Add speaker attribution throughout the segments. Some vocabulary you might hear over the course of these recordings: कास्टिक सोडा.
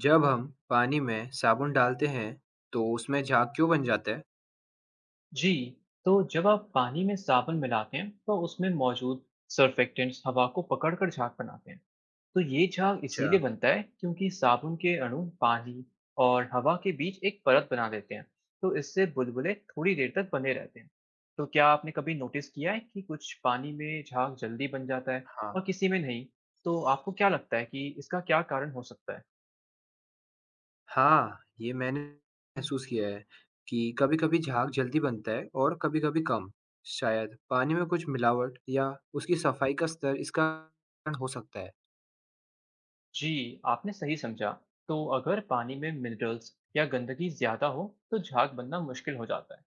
Speaker 1: जब हम पानी में साबुन डालते हैं तो उसमें झाग क्यों बन जाता है?
Speaker 2: जी, तो जब आप पानी में साबुन मिलाते हैं, तो उसमें मौजूद सर्फेक्टेंट्स हवा को पकड़कर झाग बनाते हैं। तो ये झाग
Speaker 1: अच्छा,
Speaker 2: इसीलिए बनता है, क्योंकि साबुन के अणु पानी और हवा के बीच एक परत बना देते हैं। तो इससे बुलबुले थोड़ी देर तक बने रहते हैं। तो क्या आपने कभी नोटिस किया है कि कुछ पानी में झाग जल्दी बन जाता है
Speaker 1: हाँ,
Speaker 2: और किसी में नहीं? तो आपको क्या लगता है कि इसका क्या कारण हो सकता है?
Speaker 1: हाँ, ये मैंने महसूस किया है कि कभी-कभी झाग जल्दी बनता है और कभी-कभी कम। शायद पानी में कुछ मिलावट या उसकी सफाई का स्तर इसका कारण हो सकता है।
Speaker 2: जी, आपने सही समझा। तो अगर पानी में मिनरल्स या गंदगी ज़्यादा हो, तो झाग बनना मुश्किल हो जाता है।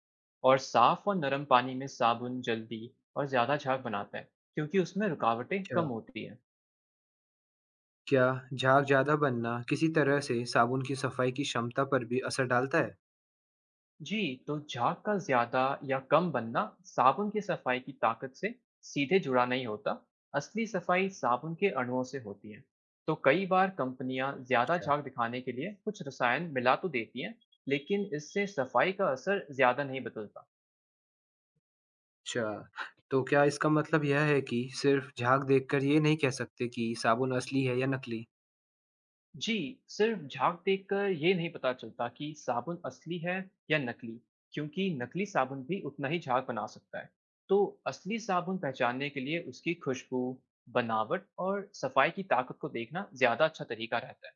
Speaker 2: और साफ और नरम पानी में साबुन जल्दी और ज़्यादा झाग बनाता है, क्योंकि उसमें रुकावटें कम
Speaker 1: अच्छा,
Speaker 2: होती हैं।
Speaker 1: क्या झाग ज़्यादा बनना किसी तरह से साबुन की सफाई की क्षमता पर भी असर डालता है?
Speaker 2: जी, तो झाग का ज़्यादा या कम बनना साबुन की सफाई की ताकत से सीधे जुड़ा नहीं होता। असली सफाई साबुन के अणुओं से होती है। तो कई बार कंपनियां ज़्यादा
Speaker 1: अच्छा,
Speaker 2: झाग दिखाने के लिए कुछ रसायन मिला तो देती हैं, लेकिन इससे सफाई का असर ज़्यादा नहीं बदलता।
Speaker 1: अच्छा, तो क्या इसका मतलब यह है कि सिर्फ झाग देखकर ये नहीं कह सकते कि साबुन असली है या नकली?
Speaker 2: जी, सिर्फ झाग देखकर ये नहीं पता चलता कि साबुन असली है या नकली, क्योंकि नकली साबुन भी उतना ही झाग बना सकता है। तो असली साबुन पहचानने के लिए उसकी खुशबू, बनावट और सफाई की ताकत को देखना ज़्यादा अच्छा तरीका रहता है।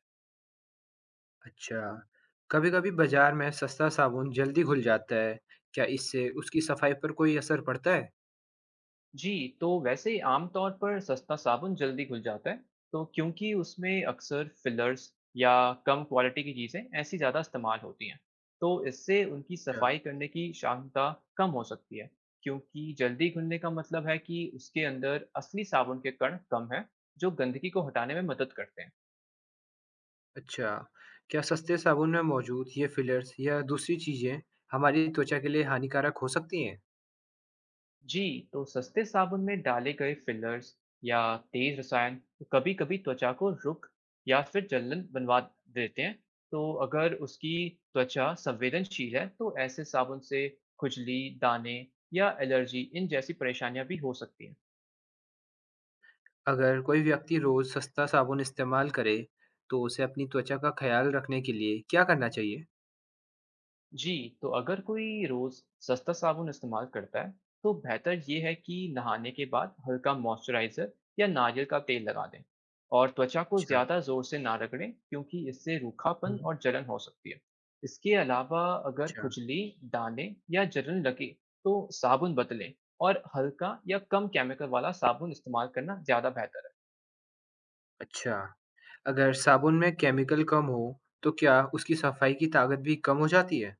Speaker 1: अच्छा। कभी-कभी बाज़ार में सस्ता साबुन जल्दी घुल जाता है। क्या इससे उसकी सफाई पर कोई असर पड़ता है?
Speaker 2: जी, तो वैसे आमतौर पर सस्ता साबुन जल्दी घुल जाता है, तो क्योंकि उसमें अक्सर फिलर्स या कम क्वालिटी की चीज़ें ऐसी ज़्यादा इस्तेमाल होती हैं। तो इससे उनकी
Speaker 1: अच्छा,
Speaker 2: सफाई करने की क्षमता कम हो सकती है, क्योंकि जल्दी घुलने का मतलब है कि उसके अंदर असली साबुन के कण कम हैं, जो गंदगी को हटाने में मदद करते हैं।
Speaker 1: अच्छा। क्या सस्ते साबुन में मौजूद ये फिलर्स या दूसरी चीज़ें हमारी त्वचा के लिए हानिकारक हो सकती हैं?
Speaker 2: जी, तो सस्ते साबुन में डाले गए फिलर्स या तेज रसायन कभी कभी त्वचा को रुख या फिर जलन बनवा देते हैं। तो अगर उसकी त्वचा संवेदनशील है, तो ऐसे साबुन से खुजली, दाने या एलर्जी इन जैसी परेशानियां भी हो सकती हैं।
Speaker 1: अगर कोई व्यक्ति रोज़ सस्ता साबुन इस्तेमाल करे, तो उसे अपनी त्वचा का ख़्याल रखने के लिए क्या करना चाहिए?
Speaker 2: जी, तो अगर कोई रोज़ सस्ता साबुन इस्तेमाल करता है, तो बेहतर ये है कि नहाने के बाद हल्का मॉइस्चराइज़र या नारियल का तेल लगा दें और त्वचा को
Speaker 1: अच्छा,
Speaker 2: ज़्यादा ज़ोर से ना रगड़ें, क्योंकि इससे रूखापन
Speaker 1: हुँ।
Speaker 2: और जलन हो सकती है। इसके अलावा अगर
Speaker 1: अच्छा,
Speaker 2: खुजली, दाने या जलन लगे, तो साबुन बदलें और हल्का या कम केमिकल वाला साबुन इस्तेमाल करना ज़्यादा बेहतर है।
Speaker 1: अच्छा। अगर साबुन में केमिकल कम हो, तो क्या उसकी सफाई की ताकत भी कम हो जाती है?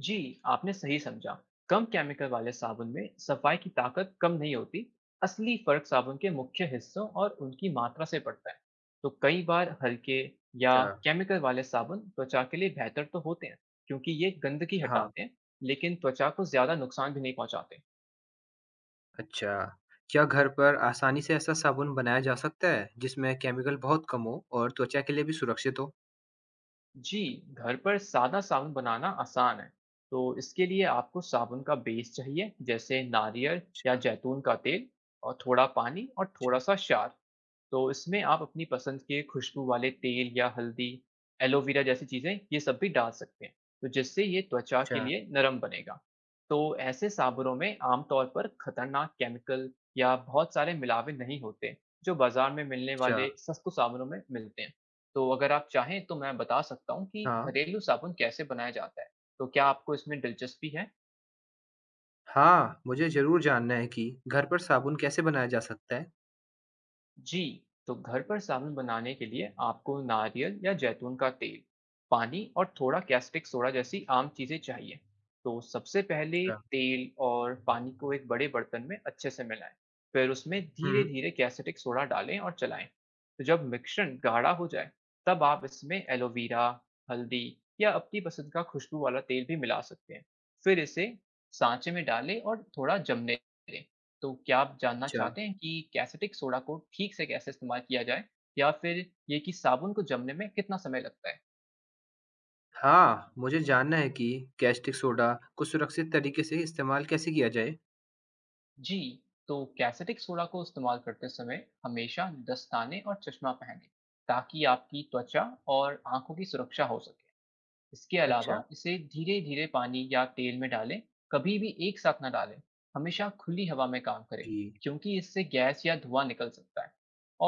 Speaker 2: जी, आपने सही समझा। कम केमिकल वाले साबुन में सफाई की ताकत कम नहीं होती। असली फर्क साबुन के मुख्य हिस्सों और उनकी मात्रा से पड़ता है। तो कई बार हल्के या
Speaker 1: अच्छा,
Speaker 2: केमिकल वाले साबुन त्वचा के लिए बेहतर तो होते हैं, क्योंकि ये गंदगी
Speaker 1: हाँ।
Speaker 2: हटाते हैं, लेकिन त्वचा को ज़्यादा नुकसान भी नहीं पहुँचाते।
Speaker 1: अच्छा, क्या घर पर आसानी से ऐसा साबुन बनाया जा सकता है जिसमें केमिकल बहुत कम हो और त्वचा के लिए भी सुरक्षित हो?
Speaker 2: जी, घर पर सादा साबुन बनाना आसान है। तो इसके लिए आपको साबुन का बेस चाहिए, जैसे नारियल या
Speaker 1: अच्छा,
Speaker 2: जैतून का तेल और थोड़ा पानी और
Speaker 1: अच्छा,
Speaker 2: थोड़ा-सा क्षार। तो इसमें आप अपनी पसंद के खुशबू वाले तेल या हल्दी, एलोवेरा जैसी चीज़ें ये सब भी डाल सकते हैं, तो जिससे ये त्वचा के
Speaker 1: अच्छा,
Speaker 2: लिए नरम बनेगा। तो ऐसे साबुनों में आमतौर पर खतरनाक केमिकल या बहुत सारे मिलावे नहीं होते, जो बाजार में मिलने
Speaker 1: अच्छा,
Speaker 2: वाले सस्ते साबुनों में मिलते हैं। तो अगर आप चाहें तो मैं बता सकता हूँ कि
Speaker 1: हाँ,
Speaker 2: घरेलू साबुन कैसे बनाया जाता है, तो क्या आपको इसमें दिलचस्पी है?
Speaker 1: हाँ, मुझे ज़रूर जानना है कि घर पर साबुन कैसे बनाया जा सकता है?
Speaker 2: जी, तो घर पर साबुन बनाने के लिए आपको नारियल या जैतून का तेल, पानी और थोड़ा कैस्टिक सोडा जैसी आम चीज़ें चाहिए। तो सबसे पहले
Speaker 1: अच्छा,
Speaker 2: तेल और पानी को एक बड़े बर्तन में अच्छे से मिलाएं। फिर उसमें धीरे
Speaker 1: हुँ,
Speaker 2: धीरे कैस्टिक सोडा डालें और चलाएं। तो जब मिश्रण गाढ़ा हो जाए, तब आप इसमें एलोवेरा, हल्दी या अपनी पसंद का खुशबू वाला तेल भी मिला सकते हैं। फिर इसे सांचे में डालें और थोड़ा जमने दें। तो क्या आप जानना
Speaker 1: अच्छा,
Speaker 2: चाहते हैं कि कैसेटिक सोडा को ठीक से कैसे इस्तेमाल किया जाए या फिर ये कि साबुन को जमने में कितना समय लगता है?
Speaker 1: हाँ, मुझे जानना है कि कास्टिक सोडा को सुरक्षित तरीके से इस्तेमाल कैसे किया जाए?
Speaker 2: जी, तो कैसेटिक सोडा को इस्तेमाल करते समय हमेशा दस्ताने और चश्मा पहनें, ताकि आपकी त्वचा और आंखों की सुरक्षा हो सके। इसके
Speaker 1: अच्छा,
Speaker 2: अलावा इसे धीरे धीरे पानी या तेल में डालें, कभी भी एक साथ ना डालें। हमेशा खुली हवा में काम करें,
Speaker 1: जी,
Speaker 2: क्योंकि इससे गैस या धुआं निकल सकता है।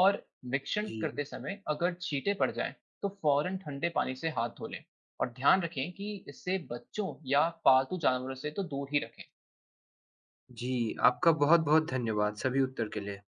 Speaker 2: और मिक्सन
Speaker 1: जी,
Speaker 2: करते समय अगर छींटे पड़ जाएं, तो फौरन ठंडे पानी से हाथ धो लें। और ध्यान रखें कि इससे बच्चों या पालतू जानवरों से तो दूर ही रखें।
Speaker 1: जी, आपका बहुत-बहुत धन्यवाद सभी उत्तर के लिए।